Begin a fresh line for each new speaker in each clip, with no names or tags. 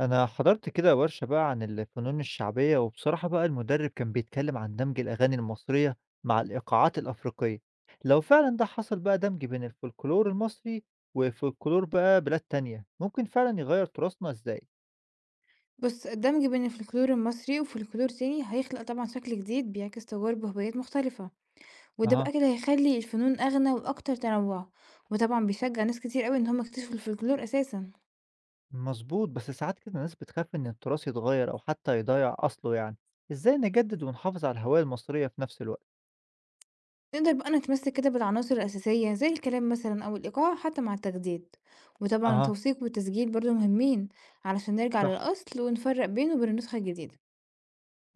أنا حضرت كده ورشة بقى عن الفنون الشعبية وبصراحة بقى المدرب كان بيتكلم عن دمج الأغاني المصرية مع الإيقاعات الأفريقية. لو فعلا ده حصل بقى دمج بين الفولكلور المصري وفولكلور بقى بلاد تانية ممكن فعلا يغير تراثنا إزاي؟
بُص، الدمج بين الفولكلور المصري وفولكلور تاني هيخلق طبعًا شكل جديد بيعكس تجارب وهوايات مختلفة، وده
أها،
بقى كده هيخلي الفنون أغنى وأكتر تنوُّعًا، وطبعًا بيشجع ناس كتير أوي إن هم يكتشفوا الفولكلور أساسًا.
مظبوط، بس ساعات كده الناس بتخاف إن التراث يتغير أو حتى يضيع أصله يعني، إزاي نجدد ونحافظ على الهوية المصرية في نفس الوقت؟
نقدر بقى نتمسك كده بالعناصر الأساسية زي الكلام مثلًا أو الإيقاع حتى مع التجديد، وطبعًا
أها،
التوثيق والتسجيل برضه مهمين علشان نرجع
صح،
للأصل ونفرّق بينه وبين النسخة الجديدة.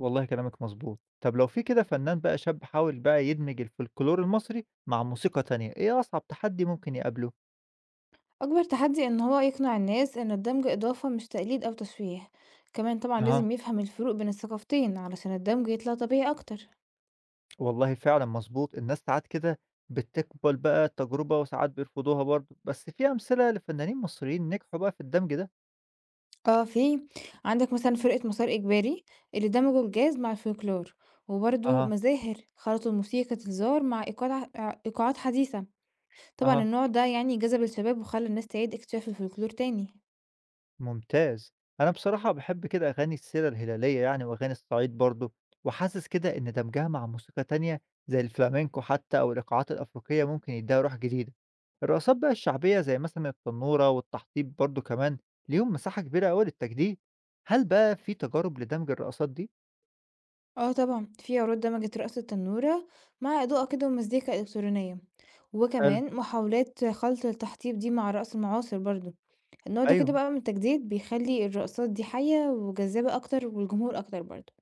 والله كلامك مضبوط. طب لو في كده فنان بقى شاب حاول بقى يدمج الفولكلور المصري مع موسيقى تانية، إيه أصعب تحدي ممكن يقابله؟
أكبر تحدي إن هو يقنع الناس إن الدمج إضافة مش تقليد أو تشويه. كمان طبعا
أها،
لازم يفهم الفروق بين الثقافتين علشان الدمج يطلع طبيعي أكتر.
والله فعلا مظبوط، الناس ساعات كده بتقبل بقى التجربة وساعات بيرفضوها برضه، بس في أمثلة لفنانين مصريين نجحوا بقى في الدمج ده.
اه، في. عندك مثلا فرقة مسار إجباري اللي دمجوا الجاز مع الفولكلور، وبرضه
أها.
مزاهر خلطوا موسيقى الزار مع إيقاعات حديثة. طبعا
أها
النوع ده يعني جذب الشباب وخلى الناس تعيد اكتشاف الفولكلور تاني.
ممتاز. انا بصراحة بحب كده اغاني السيرة الهلالية يعني واغاني الصعيد برضو، وحاسس كده ان دمجها مع موسيقى تانية زي الفلامينكو حتى او الايقاعات الافريقية ممكن يديها روح جديدة. الرقصات بقى الشعبية زي مثلا التنورة والتحطيب برضو كمان ليهم مساحة كبيرة اوي للتجديد. هل بقى في تجارب لدمج الرقصات دي؟
آه طبعًا، في عروض دمجت رقص التنورة مع إضاءة كده ومزيكا إلكترونية،
حلو.
وكمان محاولات خلط التحطيب دي مع رقص المعاصر برضه. النوع ده كده
ايوه،
بقى من التجديد بيخلّي الرقصات دي حيّة وجذابة أكتر والجمهور أكتر برضه.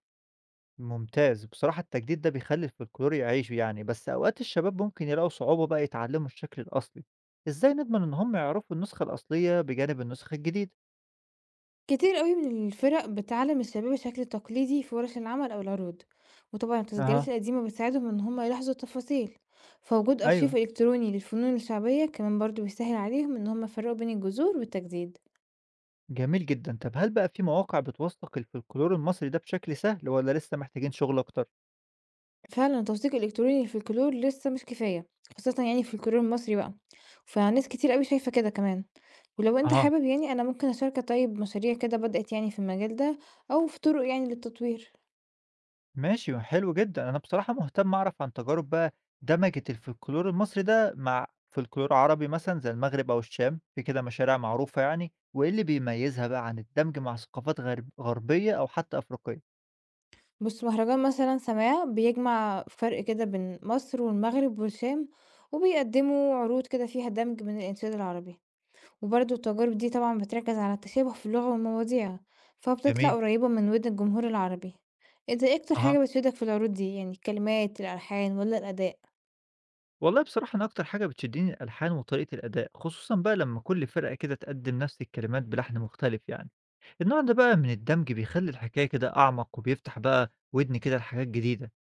ممتاز، بصراحة التجديد ده بيخلي الفولكلور يعيش يعني، بس أوقات الشباب ممكن يلاقوا صعوبة بقى يتعلموا الشكل الأصلي، إزاي نضمن إن هم يعرفوا النسخة الأصلية بجانب النسخة الجديدة؟
كتير أوي من الفرق بتعلّم الشباب الشكل التقليدي في ورش العمل أو العروض، وطبعًا التسجيلات
أها.
القديمة بتساعدهم إن هم يلاحظوا التفاصيل، فوجود
أيوه،
أرشيف إلكتروني للفنون الشعبية كمان برضه بيسهل عليهم إن هم يفرقوا بين الجذور والتجديد.
جميل جدا. طب هل بقى في مواقع بتوثق الفولكلور المصري ده بشكل سهل ولا لسه محتاجين شغل أكتر؟
فعلًا التصديق الإلكتروني للفولكلور لسه مش كفاية، خاصةً يعني الفولكلور المصري بقى، فناس كتير أوي شايفة كده كمان، ولو أنت
أها.
حابب يعني أنا ممكن أشاركك طيب مشاريع كده بدأت يعني في المجال ده أو في طرق يعني للتطوير.
ماشي، حلو جدًا، أنا بصراحة مهتم أعرف عن تجارب بقى دمجت الفولكلور المصري ده مع فولكلور عربي مثلًا زي المغرب أو الشام، في كده مشارع معروفة يعني، وإيه اللي بيميزها بقى عن الدمج مع ثقافات غربية أو حتى أفريقية؟
بُص، مهرجان مثلًا سماع بيجمع فرق كده بين مصر والمغرب والشام، وبيقدموا عروض كده فيها دمج من الإنشاد العربي. وبرضه التجارب دي طبعًا بتركز على التشابه في اللغة والمواضيع، فبتطلع
جميل.
قريبة من ودن الجمهور العربي. أنت إيه أكتر
أها.
حاجة بتفيدك في العروض دي، يعني الكلمات، الألحان والّا الأداء؟
والله بصراحة أنا أكتر حاجة بتشدني الألحان وطريقة الأداء، خصوصًا بقى لما كل فرقة كده تقدم نفس الكلمات بلحن مختلف يعني، النوع ده بقى من الدمج بيخلي الحكاية كده أعمق وبيفتح بقى ودني كده لحاجات جديدة.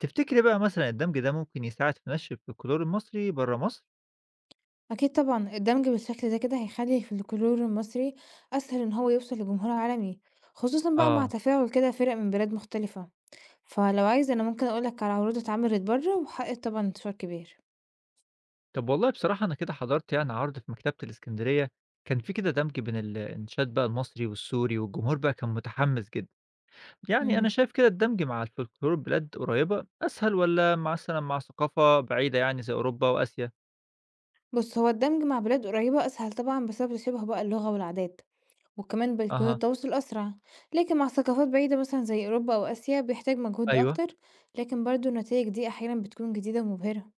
تفتكري بقى مثلًا الدمج ده ممكن يساعد في نشر الفولكلور المصري برّه مصر؟
أكيد طبعًا، الدمج بالشكل ده كده هيخلي الفلكلور المصري أسهل إن هو يوصل لجمهور عالمي، خصوصًا بقى مع
آه.
تفاعل كده فرق من بلاد مختلفة. فلو عايز أنا ممكن أقول لك على عروض اتعملت برّه وحققت طبعًا انتشار كبير.
طب والله بصراحة أنا كده حضرت يعني عرض في مكتبة الإسكندرية، كان في كده دمج بين الإنشاد بقى المصري والسوري، والجمهور بقى كان متحمس جدًا، يعني أنا
إمم،
شايف كده الدمج مع الفولكلور بلاد قريبة أسهل والّا مثلًا مع ثقافة بعيدة يعني زي أوروبا وآسيا؟
بُص، هو الدمج مع بلاد قريبة أسهل طبعًا بسبب تشابه بقى اللغة والعادات، وكمان بيكون
أها.
التواصل أسرع. لكن مع ثقافات بعيدة مثلا زي أوروبا أو آسيا بيحتاج مجهود
أيوه.
أكتر، لكن برضو النتائج دي أحيانا بتكون جديدة ومبهرة.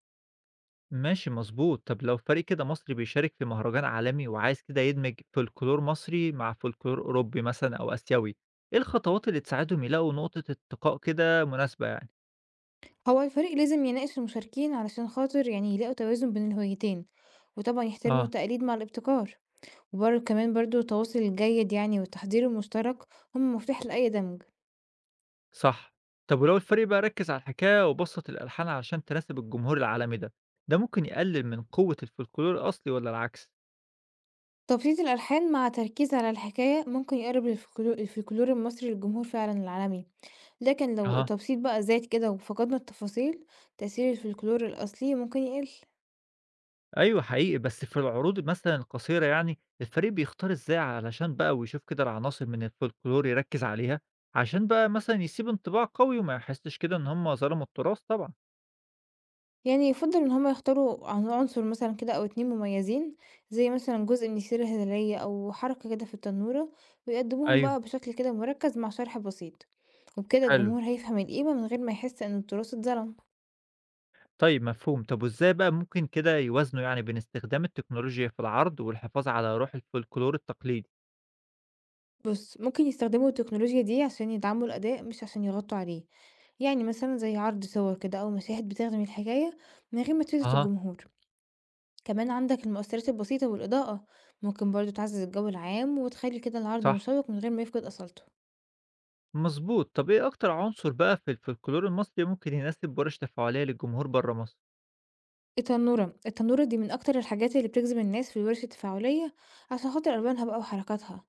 ماشي، مضبوط، طب لو فريق كده مصري بيشارك في مهرجان عالمي وعايز كده يدمج فولكلور مصري مع فولكلور أوروبي مثلًا أو آسيوي، إيه الخطوات اللي تساعدهم يلاقوا نقطة التقاء كده مناسبة يعني؟
هو الفريق لازم يناقش المشاركين علشان خاطر يعني يلاقوا توازن بين الهويتين، وطبعا يحترموا
آه.
التقليد مع الابتكار. وبرضو كمان التواصل الجيد يعني والتحضير المشترك هم مفتاح لأي دمج.
صح، طب ولو الفريق بقى ركز على الحكاية وبسط الألحان علشان تناسب الجمهور العالمي ده، ده ممكن يقلل من قوة الفولكلور الأصلي والّا العكس؟
تبسيط الألحان مع تركيز على الحكاية ممكن يقرب الفولكلور المصري للجمهور فعلا العالمي، لكن لو
أها.
التبسيط بقى زاد كده وفقدنا التفاصيل تأثير الفولكلور الأصلي ممكن يقل.
أيوه حقيقي، بس في العروض مثلًا القصيرة يعني، الفريق بيختار إزاي علشان بقى ويشوف كده العناصر من الFolklore يركّز عليها، عشان بقى مثلًا يسيب انطباع قوي وما يحسّش كده إن هم ظلموا التراث طبعًا.
يعني يفضل إن هما يختاروا عنصر مثلا كده أو اتنين مميزين زي مثلا جزء من السيرة الهلالية أو حركة كده في التنورة، ويقدموهم
أيوه.
بقى بشكل كده مركز مع شرح بسيط، وبكده
حلو.
الجمهور هيفهم القيمة من غير ما يحس إن التراث اتظلم.
طيب، مفهوم. طب وإزاي بقى ممكن كده يوازنوا يعني بين استخدام التكنولوجيا في العرض والحفاظ على روح الFolklore التقليدي؟
بص، ممكن يستخدموا التكنولوجيا دي عشان يدعموا الأداء مش عشان يغطوا عليه. يعني مثلا زي عرض صور كده أو مشاهد بتخدم الحكاية من غير ما تشتت
أها.
الجمهور. كمان عندك المؤثرات البسيطة والإضاءة ممكن برضو تعزز الجو العام وتخلي كده العرض
صح،
مشوق من غير ما يفقد أصالته.
مضبوط. طب إيه أكتر عنصر بقى في الFolklore المصري ممكن يناسب ورش تفاعلية للجمهور برّه مصر؟
التنورة التنورة دي من أكتر الحاجات اللي بتجذب الناس في الورش التفاعلية عشان خاطر ألوانها بقى وحركاتها،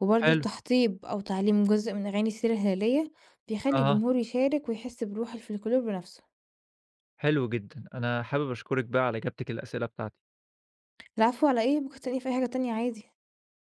وبرضو
حلو.
التحطيب أو تعليم جزء من أغاني السيرة الهلالية بيخلي
أها.
الجمهور يشارك ويحس بروح الفلكلور بنفسه.
حلو جدًا، أنا حابب أشكرِك بقى على إجابتِك للأسئلة بتاعتي.
العفو، على إيه، ممكن تلاقيني في أي حاجة تانية عادي.